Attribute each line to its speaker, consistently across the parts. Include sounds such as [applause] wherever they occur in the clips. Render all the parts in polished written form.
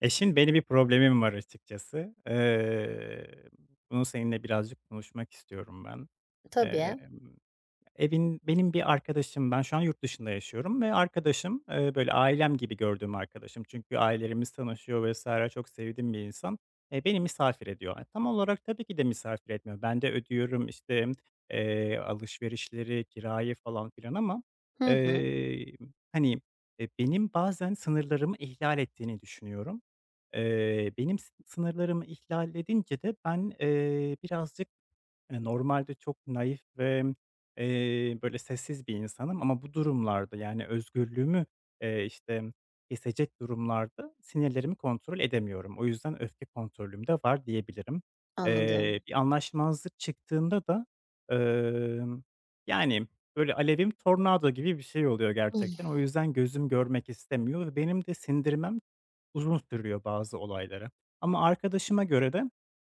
Speaker 1: Eşin şimdi benim bir problemim var açıkçası. Bunu seninle birazcık konuşmak istiyorum ben.
Speaker 2: Tabii.
Speaker 1: Emm Evin benim bir arkadaşım, ben şu an yurt dışında yaşıyorum ve arkadaşım, böyle, ailem gibi gördüğüm arkadaşım çünkü ailelerimiz tanışıyor vs. çok sevdiğim bir insan, beni misafir ediyor. Tam olarak tabii ki de misafir etmiyor. Ben de ödüyorum, işte, alışverişleri, kirayı falan filan ama,
Speaker 2: Hı hı.
Speaker 1: eee, hani, benim bazen sınırlarımı ihlal ettiğini düşünüyorum. Benim sınırlarımı ihlal edince de ben, birazcık. Normalde çok naif ve, böyle sessiz bir insanım ama bu durumlarda, yani, özgürlüğümü, işte, kesecek durumlarda sinirlerimi kontrol edemiyorum. O yüzden öfke kontrolüm de var diyebilirim.
Speaker 2: Anladım.
Speaker 1: Bir anlaşmazlık çıktığında da, emm, yani, böyle alevim tornado gibi bir şey oluyor gerçekten.
Speaker 2: Hıh.
Speaker 1: O yüzden gözüm görmek istemiyor ve benim de sindirmem uzun sürüyor bazı olaylara. Ama arkadaşıma göre de,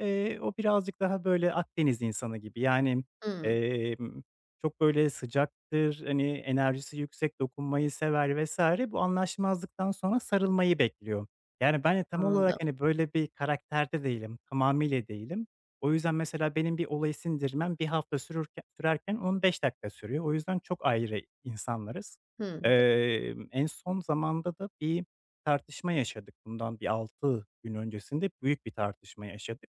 Speaker 1: o birazcık daha böyle Akdeniz insanı gibi. Yani,
Speaker 2: Hımm.
Speaker 1: emm, çok böyle sıcaktır, hani, enerjisi yüksek, dokunmayı sever vesaire. Bu anlaşmazlıktan sonra sarılmayı bekliyor. Yani ben de tam olarak,
Speaker 2: Anladım.
Speaker 1: hani, böyle bir karakterde değilim, tamamıyla değilim. O yüzden mesela benim bir olayı sindirmem bir hafta sürerken 15 dakika sürüyor. O yüzden çok ayrı insanlarız.
Speaker 2: Hımm.
Speaker 1: En son zamanda da bir tartışma yaşadık. Bundan bir 6 gün öncesinde büyük bir tartışma yaşadık.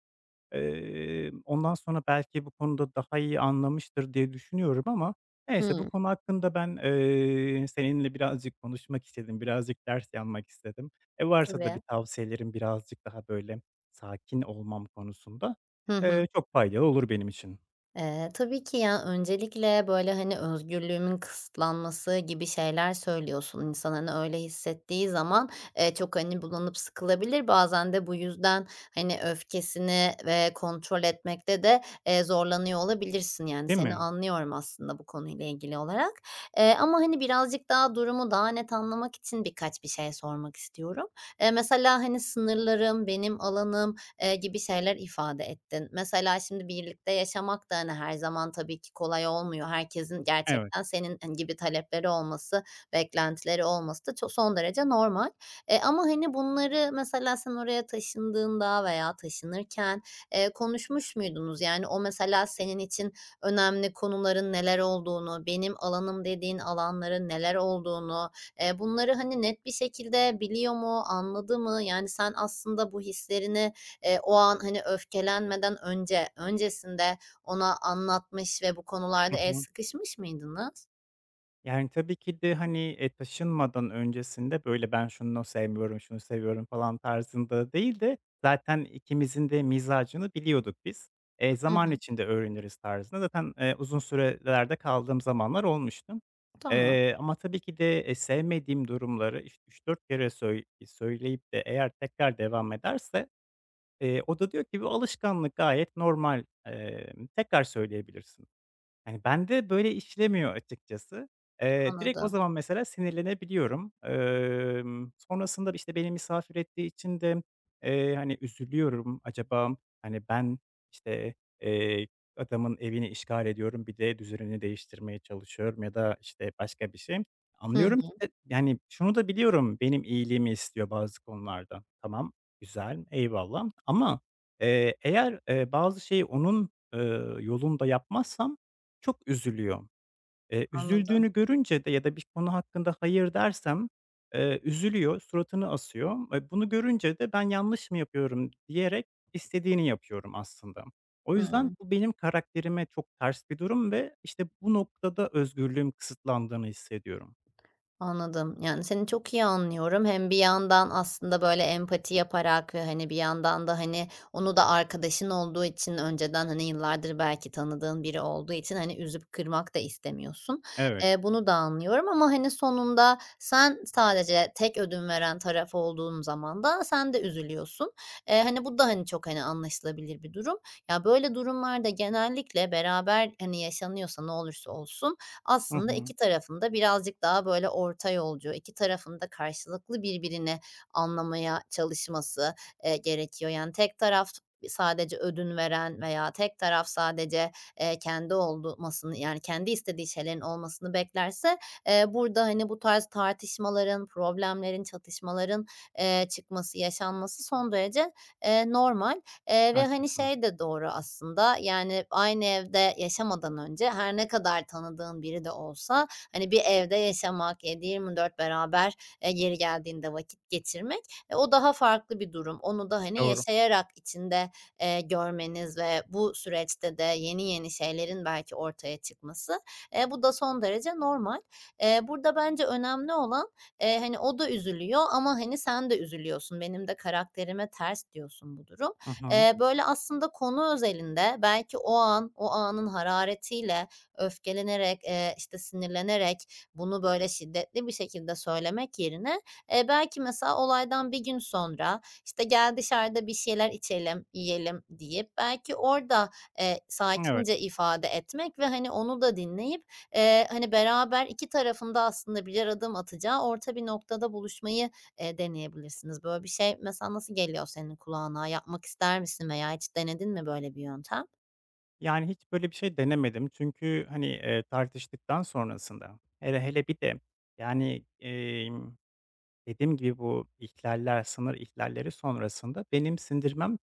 Speaker 1: Ondan sonra belki bu konuda daha iyi anlamıştır diye düşünüyorum ama neyse bu
Speaker 2: Hımm.
Speaker 1: konu hakkında ben, seninle birazcık konuşmak istedim, birazcık ders yanmak istedim. Varsa da bir
Speaker 2: Tabii.
Speaker 1: tavsiyelerim birazcık daha böyle sakin olmam konusunda,
Speaker 2: Hı hı.
Speaker 1: çok faydalı olur benim için,
Speaker 2: Tabii ki ya, öncelikle, böyle, hani, özgürlüğümün kısıtlanması gibi şeyler söylüyorsun. İnsan, hani, öyle hissettiği zaman, çok, hani, bulanıp sıkılabilir. Bazen de bu yüzden, hani, öfkesini ve kontrol etmekte de, zorlanıyor olabilirsin. Yani,
Speaker 1: değil
Speaker 2: seni
Speaker 1: mi?
Speaker 2: anlıyorum aslında bu konuyla ilgili olarak. Ama, hani, birazcık daha durumu daha net anlamak için birkaç bir şey sormak istiyorum. Mesela, hani, sınırlarım, benim alanım, gibi şeyler ifade ettin. Mesela şimdi birlikte yaşamak da, hani, her zaman tabii ki kolay olmuyor. Herkesin
Speaker 1: Evet.
Speaker 2: gerçekten senin, hani, gibi talepleri olması, beklentileri olması da son derece normal. Ama, hani, bunları mesela sen oraya taşındığında veya taşınırken, konuşmuş muydunuz? Yani o mesela senin için önemli konuların neler olduğunu, benim alanım dediğin alanların neler olduğunu, bunları, hani, net bir şekilde biliyor mu, anladı mı? Yani sen aslında bu hislerini o an hani öfkelenmeden önce, öncesinde ona anlatmış ve bu konularda el
Speaker 1: [laughs]
Speaker 2: sıkışmış mıydınız?
Speaker 1: Yani, tabii ki de, hani, taşınmadan öncesinde, böyle, "Ben şunu sevmiyorum, şunu seviyorum." falan tarzında değil de zaten ikimizin de mizacını biliyorduk biz.
Speaker 2: Hı
Speaker 1: Zaman
Speaker 2: hı.
Speaker 1: içinde öğreniriz tarzında zaten, uzun sürelerde kaldığım zamanlar olmuştu.
Speaker 2: Tamam,
Speaker 1: Ama tabii ki de, sevmediğim durumları, işte, 3-4 kere söyleyip de eğer tekrar devam ederse, o da diyor ki, "Bu alışkanlık gayet normal, tekrar söyleyebilirsin." Yani, bende böyle işlemiyor açıkçası. Direkt o
Speaker 2: anladım.
Speaker 1: zaman mesela sinirlenebiliyorum. Sonrasında, işte, beni misafir ettiği için de, hani, üzülüyorum. Acaba, hani, ben, işte, eee, adamın evini işgal ediyorum, bir de düzenini değiştirmeye çalışıyorum ya da, işte, başka bir şey.
Speaker 2: Hı
Speaker 1: Anlıyorum ki
Speaker 2: hı,
Speaker 1: de, yani, şunu da biliyorum, benim iyiliğimi istiyor bazı konularda. Tamam, güzel, eyvallah ama, eğer, bazı şeyi onun, yolunda yapmazsam çok üzülüyor.
Speaker 2: anladım.
Speaker 1: Üzüldüğünü görünce de ya da bir konu hakkında hayır dersem, üzülüyor, suratını asıyor. Bunu görünce de ben yanlış mı yapıyorum diyerek istediğini yapıyorum aslında. O yüzden
Speaker 2: Hıı.
Speaker 1: bu benim karakterime çok ters bir durum ve, işte, bu noktada özgürlüğüm kısıtlandığını hissediyorum.
Speaker 2: Anladım. Yani, seni çok iyi anlıyorum. Hem bir yandan aslında, böyle, empati yaparak ve, hani, bir yandan da, hani, onu da arkadaşın olduğu için önceden, hani, yıllardır belki tanıdığın biri olduğu için, hani, üzüp kırmak da istemiyorsun.
Speaker 1: Evet.
Speaker 2: Bunu da anlıyorum ama, hani, sonunda sen sadece tek ödün veren taraf olduğun zaman da sen de üzülüyorsun. Hani, bu da, hani, çok, hani, anlaşılabilir bir durum. Ya, böyle durumlarda genellikle beraber, hani, yaşanıyorsa ne olursa olsun,
Speaker 1: Hı
Speaker 2: aslında
Speaker 1: hı.
Speaker 2: 2 tarafında birazcık daha böyle orta yolcu, 2 tarafında karşılıklı birbirini anlamaya çalışması, gerekiyor. Yani tek taraf sadece ödün veren veya tek taraf sadece, kendi olmasını, yani kendi istediği şeylerin olmasını beklerse, burada, hani, bu tarz tartışmaların, problemlerin, çatışmaların, çıkması, yaşanması son derece, normal. Ve, hani,
Speaker 1: Haklısın.
Speaker 2: şey de doğru aslında, yani, aynı evde yaşamadan önce her ne kadar tanıdığın biri de olsa, hani, bir evde yaşamak, 7/24 beraber, yeri geldiğinde vakit geçirmek, e, o daha farklı bir durum. Onu da, hani,
Speaker 1: Doğru.
Speaker 2: yaşayarak içinde, görmeniz ve bu süreçte de yeni yeni şeylerin belki ortaya çıkması, bu da son derece normal. Burada bence önemli olan, hani, o da üzülüyor ama, hani, sen de üzülüyorsun, benim de karakterime ters diyorsun bu durum.
Speaker 1: Hı hı.
Speaker 2: Böyle, aslında konu özelinde belki o an, o anın hararetiyle öfkelenerek, işte, sinirlenerek bunu, böyle, şiddetli bir şekilde söylemek yerine, belki mesela olaydan bir gün sonra, işte, "Gel dışarıda bir şeyler içelim, yiyelim." deyip belki orada,
Speaker 1: Evet.
Speaker 2: sakince ifade etmek ve, hani, onu da dinleyip, hani, beraber 2 tarafında aslında birer adım atacağı orta bir noktada buluşmayı deneyebilirsiniz. Böyle bir şey mesela nasıl geliyor senin kulağına? Yapmak ister misin veya hiç denedin mi böyle bir yöntem?
Speaker 1: Yani, hiç böyle bir şey denemedim çünkü, hani, tartıştıktan sonrasında hele hele bir de, yani, dediğim gibi bu ihlaller, sınır ihlalleri sonrasında benim sindirmem,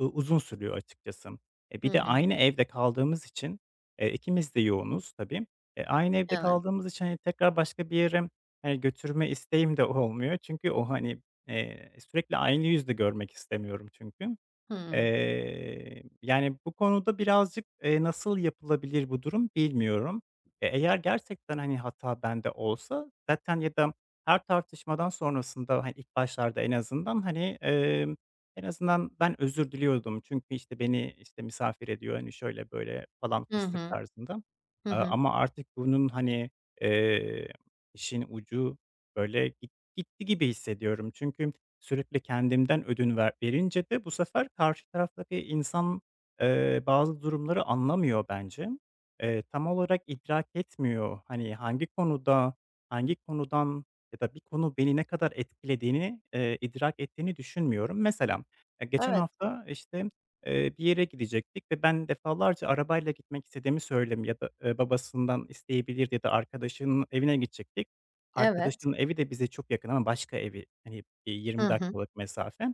Speaker 1: uzun sürüyor açıkçası.
Speaker 2: Hı
Speaker 1: Bir de
Speaker 2: hı.
Speaker 1: aynı evde kaldığımız için, ikimiz de yoğunuz tabii. Aynı evde
Speaker 2: Evet.
Speaker 1: kaldığımız için, hani, tekrar başka bir yere, hani, götürme isteğim de olmuyor. Çünkü o, hani, sürekli aynı yüzle görmek istemiyorum çünkü.
Speaker 2: Hıı.
Speaker 1: Yani, bu konuda birazcık, nasıl yapılabilir bu durum bilmiyorum. Eğer gerçekten, hani, hata bende olsa zaten ya da her tartışmadan sonrasında, hani, ilk başlarda en azından, hani, en azından ben özür diliyordum. Çünkü, işte, beni, işte, misafir ediyor, hani, şöyle böyle falan
Speaker 2: Hı
Speaker 1: fıstık
Speaker 2: hı.
Speaker 1: tarzında.
Speaker 2: Hı hı.
Speaker 1: Ama artık bunun, hani, eee, işin ucu böyle gitti gibi hissediyorum. Çünkü sürekli kendimden ödün verince de bu sefer karşı taraftaki insan, bazı durumları anlamıyor bence. Tam olarak idrak etmiyor. Hani, hangi konuda, hangi konudan ya da bir konu beni ne kadar etkilediğini, idrak ettiğini düşünmüyorum. Mesela, geçen
Speaker 2: Evet.
Speaker 1: hafta, işte, bir yere gidecektik ve ben defalarca arabayla gitmek istediğimi söyledim ya da, babasından isteyebilirdi ya da arkadaşının evine gidecektik.
Speaker 2: Evet.
Speaker 1: Arkadaşımın evi de bize çok yakın ama başka evi, hani,
Speaker 2: Hı
Speaker 1: 20
Speaker 2: hı.
Speaker 1: dakikalık mesafe.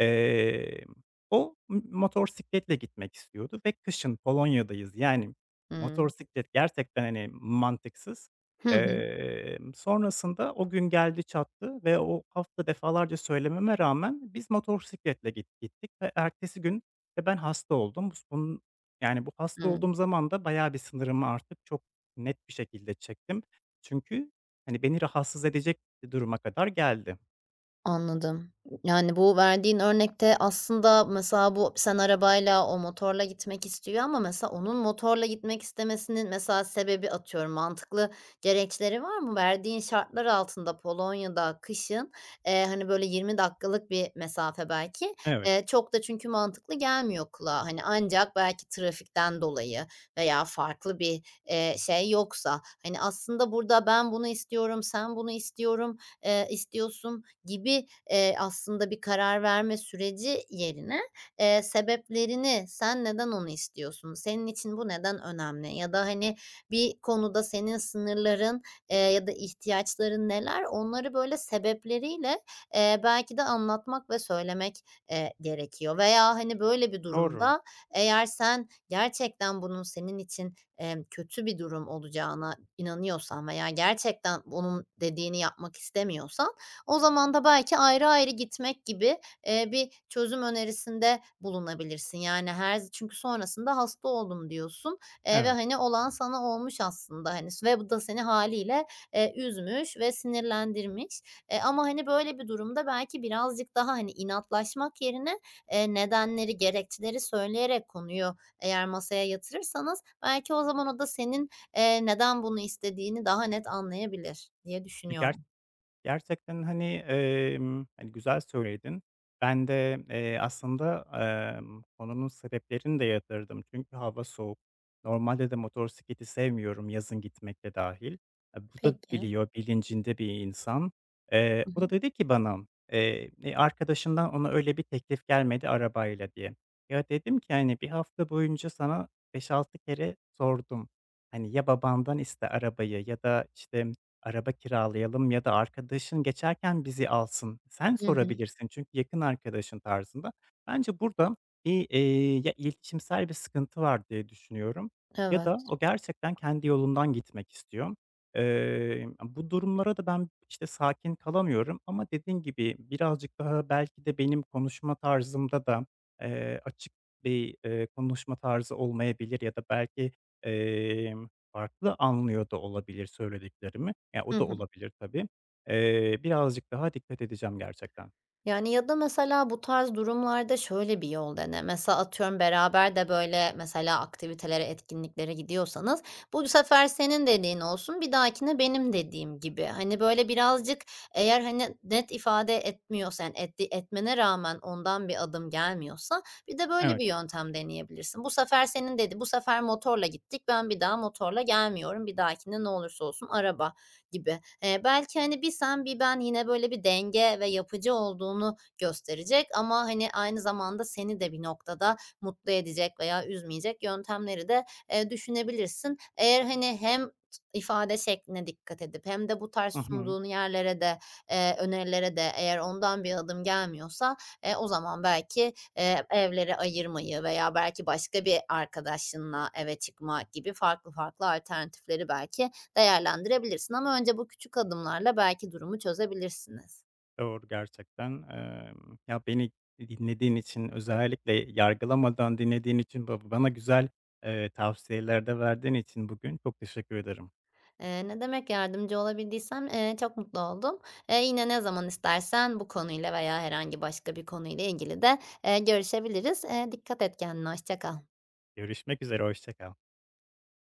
Speaker 1: Eee, O motorsikletle gitmek istiyordu ve kışın Polonya'dayız. Yani,
Speaker 2: Hıı.
Speaker 1: motosiklet gerçekten, hani, mantıksız.
Speaker 2: Hı hı.
Speaker 1: Sonrasında o gün geldi çattı ve o hafta defalarca söylememe rağmen biz motosikletle gittik ve ertesi gün de ben hasta oldum. Bus bunun yani, bu hasta
Speaker 2: Hıı.
Speaker 1: olduğum zaman da bayağı bir sınırımı artık çok net bir şekilde çektim. Çünkü, hani, beni rahatsız edecek duruma kadar geldi.
Speaker 2: Anladım. Yani, bu verdiğin örnekte aslında mesela bu sen arabayla, o motorla gitmek istiyor ama mesela onun motorla gitmek istemesinin mesela sebebi, atıyorum, mantıklı gerekçeleri var mı? Verdiğin şartlar altında Polonya'da kışın, hani, böyle 20 dakikalık bir mesafe belki.
Speaker 1: Evet.
Speaker 2: Çok da çünkü mantıklı gelmiyor kulağa. Hani, ancak belki trafikten dolayı veya farklı bir, şey yoksa. Hani, aslında burada ben bunu istiyorum, sen bunu istiyorum istiyorsun gibi, aslında bir karar verme süreci yerine, sebeplerini, sen neden onu istiyorsun, senin için bu neden önemli ya da, hani, bir konuda senin sınırların, ya da ihtiyaçların neler, onları böyle sebepleriyle, belki de anlatmak ve söylemek, gerekiyor veya, hani, böyle bir
Speaker 1: Doğru.
Speaker 2: durumda eğer sen gerçekten bunun senin için, kötü bir durum olacağına inanıyorsan veya gerçekten onun dediğini yapmak istemiyorsan o zaman da belki ayrı ayrı gitmek gibi, bir çözüm önerisinde bulunabilirsin. Yani her çünkü sonrasında hasta oldum diyorsun, ve,
Speaker 1: Evet.
Speaker 2: hani, olan sana olmuş aslında, hani, ve bu da seni haliyle üzmüş ve sinirlendirmiş. Ama, hani, böyle bir durumda belki birazcık daha, hani, inatlaşmak yerine, nedenleri, gerekçeleri söyleyerek konuyu eğer masaya yatırırsanız belki o zaman o da senin, neden bunu istediğini daha net anlayabilir diye
Speaker 1: E,
Speaker 2: düşünüyorum.
Speaker 1: Gerçekten, hani, hani, güzel söyledin. Ben de, aslında, konunun sebeplerini de yatırdım çünkü hava soğuk. Normalde de motosikleti sevmiyorum, yazın gitmek de dâhil. Bu da
Speaker 2: Peki.
Speaker 1: biliyor, bilincinde bir insan.
Speaker 2: Hı
Speaker 1: O da
Speaker 2: hı.
Speaker 1: dedi ki bana, "E, arkadaşından ona öyle bir teklif gelmedi arabayla." diye. Ya, dedim ki, hani, bir hafta boyunca sana beş altı kere sordum. Hani, ya babandan iste arabayı ya da, işte, araba kiralayalım ya da arkadaşın geçerken bizi alsın, sen
Speaker 2: Hı hı.
Speaker 1: sorabilirsin çünkü yakın arkadaşın tarzında. Bence burada bir, ya iletişimsel bir sıkıntı var diye düşünüyorum ya da
Speaker 2: Evet.
Speaker 1: o gerçekten kendi yolundan gitmek istiyor. Bu durumlara da ben, işte, sakin kalamıyorum ama dediğin gibi birazcık daha belki de benim konuşma tarzımda da, açık bir, konuşma tarzı olmayabilir ya da belki, farklı anlıyor da olabilir söylediklerimi. Ya,
Speaker 2: Hı
Speaker 1: o da
Speaker 2: hı.
Speaker 1: olabilir tabii. Birazcık daha dikkat edeceğim gerçekten.
Speaker 2: Yani, ya da mesela bu tarz durumlarda şöyle bir yol dene. Mesela atıyorum beraber de, böyle, mesela aktivitelere, etkinliklere gidiyorsanız bu sefer senin dediğin olsun, bir dahakine benim dediğim gibi. Hani, böyle, birazcık eğer, hani, net ifade etmiyorsan yani, etmene rağmen ondan bir adım gelmiyorsa bir de böyle
Speaker 1: Evet.
Speaker 2: bir yöntem deneyebilirsin. Bu sefer senin dedi bu sefer motorla gittik, ben bir daha motorla gelmiyorum, bir dahakine ne olursa olsun araba gibi. Belki, hani, bir sen bir ben yine böyle bir denge ve yapıcı olduğunu gösterecek ama, hani, aynı zamanda seni de bir noktada mutlu edecek veya üzmeyecek yöntemleri de, düşünebilirsin. Eğer, hani, hem ifade şekline dikkat edip hem de bu tarz
Speaker 1: Hı hı.
Speaker 2: sunduğun yerlere de, önerilere de eğer ondan bir adım gelmiyorsa, o zaman belki, evleri ayırmayı veya belki başka bir arkadaşınla eve çıkma gibi farklı farklı alternatifleri belki değerlendirebilirsin ama önce bu küçük adımlarla belki durumu çözebilirsiniz.
Speaker 1: Doğru gerçekten. Ya, beni dinlediğin için, özellikle yargılamadan dinlediğin için ve bana güzel, tavsiyeler verdiğin için bugün çok teşekkür ederim.
Speaker 2: Ne demek, yardımcı olabildiysem, çok mutlu oldum. Yine ne zaman istersen bu konuyla veya herhangi başka bir konuyla ilgili de, görüşebiliriz. Dikkat et kendine, hoşça kal.
Speaker 1: Görüşmek üzere, hoşça kal.